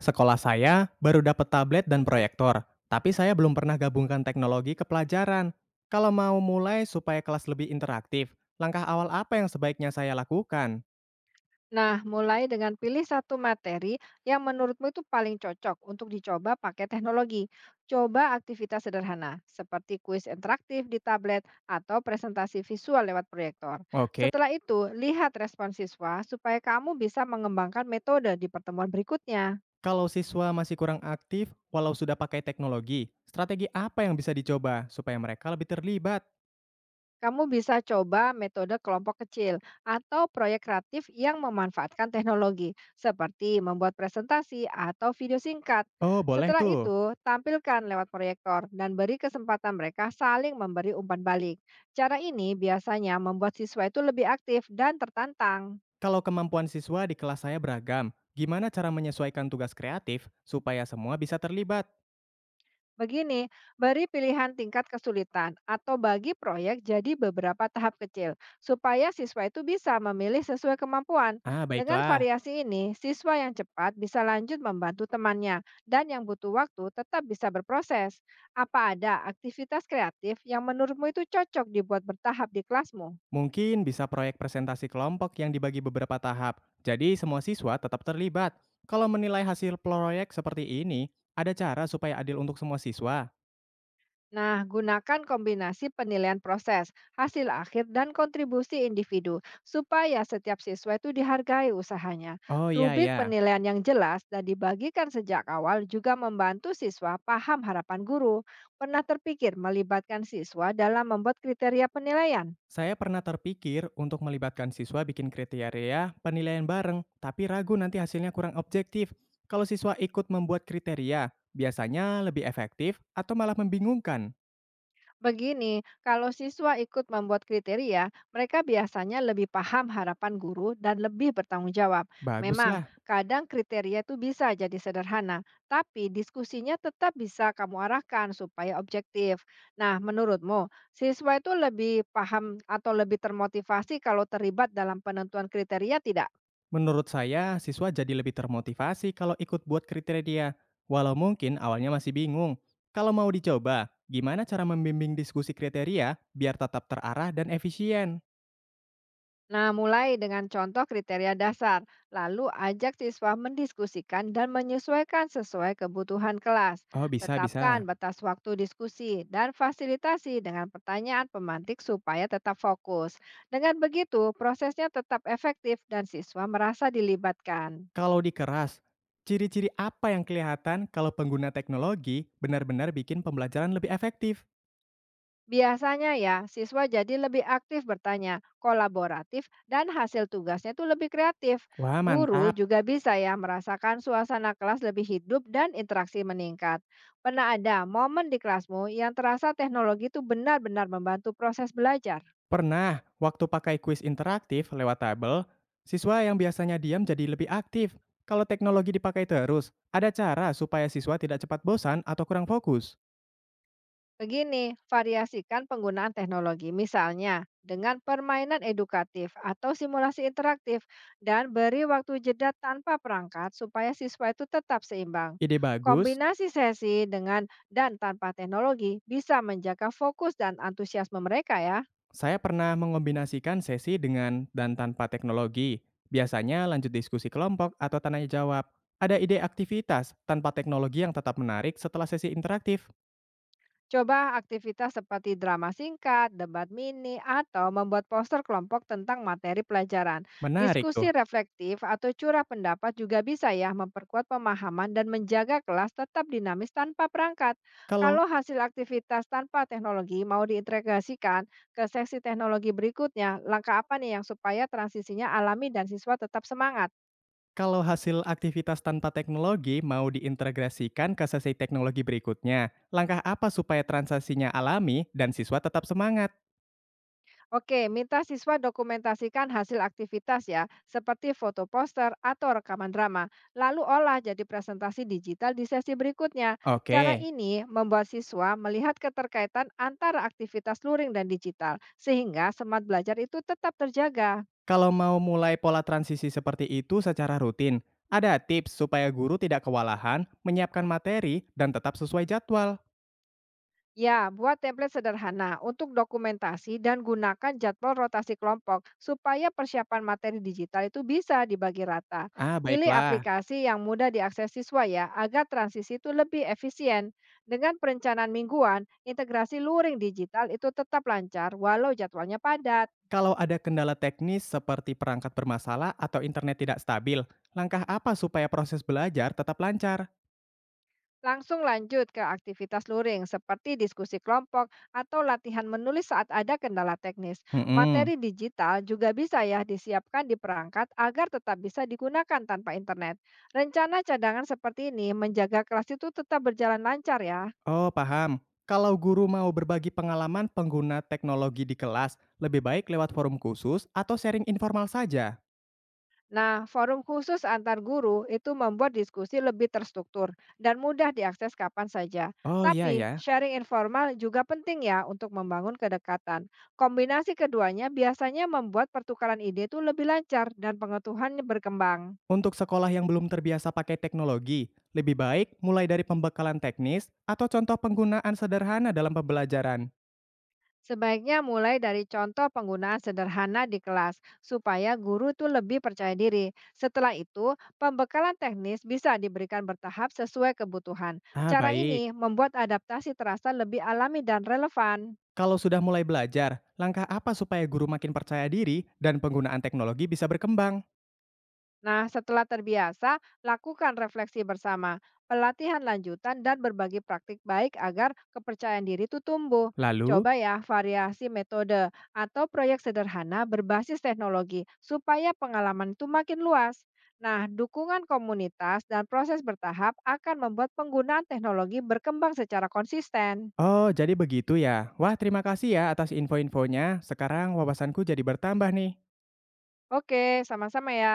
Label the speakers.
Speaker 1: Sekolah saya baru dapat tablet dan proyektor, tapi saya belum pernah gabungkan teknologi ke pelajaran. Kalau mau mulai supaya kelas lebih interaktif, langkah awal apa yang sebaiknya saya lakukan?
Speaker 2: Nah, mulai dengan pilih satu materi yang menurutmu itu paling cocok untuk dicoba pakai teknologi. Coba aktivitas sederhana, seperti kuis interaktif di tablet atau presentasi visual lewat proyektor.
Speaker 1: Oke.
Speaker 2: Setelah itu, lihat respon siswa supaya kamu bisa mengembangkan metode di pertemuan berikutnya.
Speaker 1: Kalau siswa masih kurang aktif walau sudah pakai teknologi, strategi apa yang bisa dicoba supaya mereka lebih terlibat?
Speaker 2: Kamu bisa coba metode kelompok kecil atau proyek kreatif yang memanfaatkan teknologi, seperti membuat presentasi atau video singkat.
Speaker 1: Oh, boleh
Speaker 2: Setelah
Speaker 1: tuh.
Speaker 2: itu, tampilkan lewat proyektor dan beri kesempatan mereka saling memberi umpan balik. Cara ini biasanya membuat siswa itu lebih aktif dan tertantang.
Speaker 1: Kalau kemampuan siswa di kelas saya beragam, gimana cara menyesuaikan tugas kreatif supaya semua bisa terlibat?
Speaker 2: Begini, beri pilihan tingkat kesulitan atau bagi proyek jadi beberapa tahap kecil, supaya siswa itu bisa memilih sesuai kemampuan.
Speaker 1: Ah,
Speaker 2: Dengan
Speaker 1: baiklah.
Speaker 2: variasi ini, siswa yang cepat bisa lanjut membantu temannya, dan yang butuh waktu tetap bisa berproses. Apa ada aktivitas kreatif yang menurutmu itu cocok dibuat bertahap di kelasmu?
Speaker 1: Mungkin bisa proyek presentasi kelompok yang dibagi beberapa tahap, jadi semua siswa tetap terlibat. Kalau menilai hasil proyek seperti ini, ada cara supaya adil untuk semua siswa?
Speaker 2: Nah, gunakan kombinasi penilaian proses, hasil akhir, dan kontribusi individu supaya setiap siswa itu dihargai usahanya.
Speaker 1: Oh iya
Speaker 2: Rubrik
Speaker 1: ya,
Speaker 2: penilaian yang jelas dan dibagikan sejak awal juga membantu siswa paham harapan guru. Pernah terpikir melibatkan siswa dalam membuat kriteria penilaian?
Speaker 1: saya pernah terpikir untuk melibatkan siswa bikin kriteria penilaian bareng, tapi ragu nanti hasilnya kurang objektif. Kalau siswa ikut membuat kriteria, biasanya lebih efektif atau malah membingungkan?
Speaker 2: Begini, kalau siswa ikut membuat kriteria, mereka biasanya lebih paham harapan guru dan lebih bertanggung jawab. Memang,
Speaker 1: Baguslah.
Speaker 2: kadang kriteria itu bisa jadi sederhana, tapi diskusinya tetap bisa kamu arahkan supaya objektif. Nah, menurutmu, siswa itu lebih paham atau lebih termotivasi kalau terlibat dalam penentuan kriteria tidak?
Speaker 1: Menurut saya, siswa jadi lebih termotivasi kalau ikut buat kriteria, walau mungkin awalnya masih bingung. Kalau mau dicoba, gimana cara membimbing diskusi kriteria biar tetap terarah dan efisien?
Speaker 2: Nah, mulai dengan contoh kriteria dasar, lalu ajak siswa mendiskusikan dan menyesuaikan sesuai kebutuhan kelas.
Speaker 1: Oh, bisa,
Speaker 2: Tetapkan
Speaker 1: bisa.
Speaker 2: batas waktu diskusi dan fasilitasi dengan pertanyaan pemantik supaya tetap fokus. Dengan begitu, prosesnya tetap efektif dan siswa merasa dilibatkan.
Speaker 1: Kalau dikeras, ciri-ciri apa yang kelihatan kalau pengguna teknologi benar-benar bikin pembelajaran lebih efektif?
Speaker 2: Biasanya ya, siswa jadi lebih aktif bertanya, kolaboratif, dan hasil tugasnya itu lebih kreatif.
Speaker 1: Wah,
Speaker 2: Guru
Speaker 1: mantap.
Speaker 2: juga bisa ya merasakan suasana kelas lebih hidup dan interaksi meningkat. Pernah ada momen di kelasmu yang terasa teknologi itu benar-benar membantu proses belajar?
Speaker 1: Pernah, waktu pakai kuis interaktif lewat tabel, siswa yang biasanya diam jadi lebih aktif. Kalau teknologi dipakai terus, ada cara supaya siswa tidak cepat bosan atau kurang fokus.
Speaker 2: Begini, variasikan penggunaan teknologi, misalnya dengan permainan edukatif atau simulasi interaktif, dan beri waktu jeda tanpa perangkat supaya siswa itu tetap seimbang.
Speaker 1: Ide bagus,
Speaker 2: Kombinasi sesi dengan dan tanpa teknologi bisa menjaga fokus dan antusiasme mereka ya.
Speaker 1: saya pernah mengombinasikan sesi dengan dan tanpa teknologi. Biasanya lanjut diskusi kelompok atau tanya jawab. Ada ide aktivitas tanpa teknologi yang tetap menarik setelah sesi interaktif.
Speaker 2: Coba aktivitas seperti drama singkat, debat mini, atau membuat poster kelompok tentang materi pelajaran.
Speaker 1: Menarik
Speaker 2: Diskusi
Speaker 1: tuh.
Speaker 2: reflektif atau curah pendapat juga bisa ya memperkuat pemahaman dan menjaga kelas tetap dinamis tanpa perangkat.
Speaker 1: Kalau
Speaker 2: Kalau hasil aktivitas tanpa teknologi mau diintegrasikan ke seksi teknologi berikutnya, langkah apa nih yang supaya transisinya alami dan siswa tetap semangat?
Speaker 1: Kalau hasil aktivitas tanpa teknologi mau diintegrasikan ke sesi teknologi berikutnya, langkah apa supaya transaksinya alami dan siswa tetap semangat?
Speaker 2: Oke, minta siswa dokumentasikan hasil aktivitas ya, seperti foto poster atau rekaman drama, lalu olah jadi presentasi digital di sesi berikutnya.
Speaker 1: Oke,
Speaker 2: Cara ini membuat siswa melihat keterkaitan antara aktivitas luring dan digital, sehingga semangat belajar itu tetap terjaga.
Speaker 1: kalau mau mulai pola transisi seperti itu secara rutin, ada tips supaya guru tidak kewalahan, menyiapkan materi, dan tetap sesuai jadwal.
Speaker 2: Ya, buat template sederhana untuk dokumentasi dan gunakan jadwal rotasi kelompok supaya persiapan materi digital itu bisa dibagi rata.
Speaker 1: Ah,
Speaker 2: Pilih
Speaker 1: baiklah.
Speaker 2: aplikasi yang mudah diakses siswa ya, agar transisi itu lebih efisien. Dengan perencanaan mingguan, integrasi luring digital itu tetap lancar walau jadwalnya padat.
Speaker 1: Kalau ada kendala teknis seperti perangkat bermasalah atau internet tidak stabil, langkah apa supaya proses belajar tetap lancar?
Speaker 2: Langsung lanjut ke aktivitas luring seperti diskusi kelompok atau latihan menulis saat ada kendala teknis.
Speaker 1: Hmm.
Speaker 2: Materi digital juga bisa ya disiapkan di perangkat agar tetap bisa digunakan tanpa internet. Rencana cadangan seperti ini menjaga kelas itu tetap berjalan lancar ya.
Speaker 1: Oh, paham. Kalau guru mau berbagi pengalaman pengguna teknologi di kelas, lebih baik lewat forum khusus atau sharing informal saja?
Speaker 2: Nah, forum khusus antar guru itu membuat diskusi lebih terstruktur dan mudah diakses kapan saja.
Speaker 1: Oh iya
Speaker 2: Tapi,
Speaker 1: ya.
Speaker 2: sharing informal juga penting ya untuk membangun kedekatan. Kombinasi keduanya biasanya membuat pertukaran ide itu lebih lancar dan pengetahuannya berkembang.
Speaker 1: Untuk sekolah yang belum terbiasa pakai teknologi, lebih baik mulai dari pembekalan teknis atau contoh penggunaan sederhana dalam pembelajaran?
Speaker 2: Sebaiknya mulai dari contoh penggunaan sederhana di kelas, supaya guru tuh lebih percaya diri. Setelah itu, pembekalan teknis bisa diberikan bertahap sesuai kebutuhan.
Speaker 1: Ah,
Speaker 2: Cara ini
Speaker 1: baik.
Speaker 2: membuat adaptasi terasa lebih alami dan relevan.
Speaker 1: Kalau sudah mulai belajar, langkah apa supaya guru makin percaya diri dan penggunaan teknologi bisa berkembang?
Speaker 2: Nah, setelah terbiasa, lakukan refleksi bersama, pelatihan lanjutan, dan berbagi praktik baik agar kepercayaan diri itu tumbuh.
Speaker 1: Lalu,
Speaker 2: Coba ya variasi metode atau proyek sederhana berbasis teknologi supaya pengalaman itu makin luas. Nah, dukungan komunitas dan proses bertahap akan membuat penggunaan teknologi berkembang secara konsisten.
Speaker 1: oh jadi begitu ya. Wah, terima kasih ya atas info-infonya. Sekarang wawasanku jadi bertambah nih.
Speaker 2: Oke, sama-sama ya.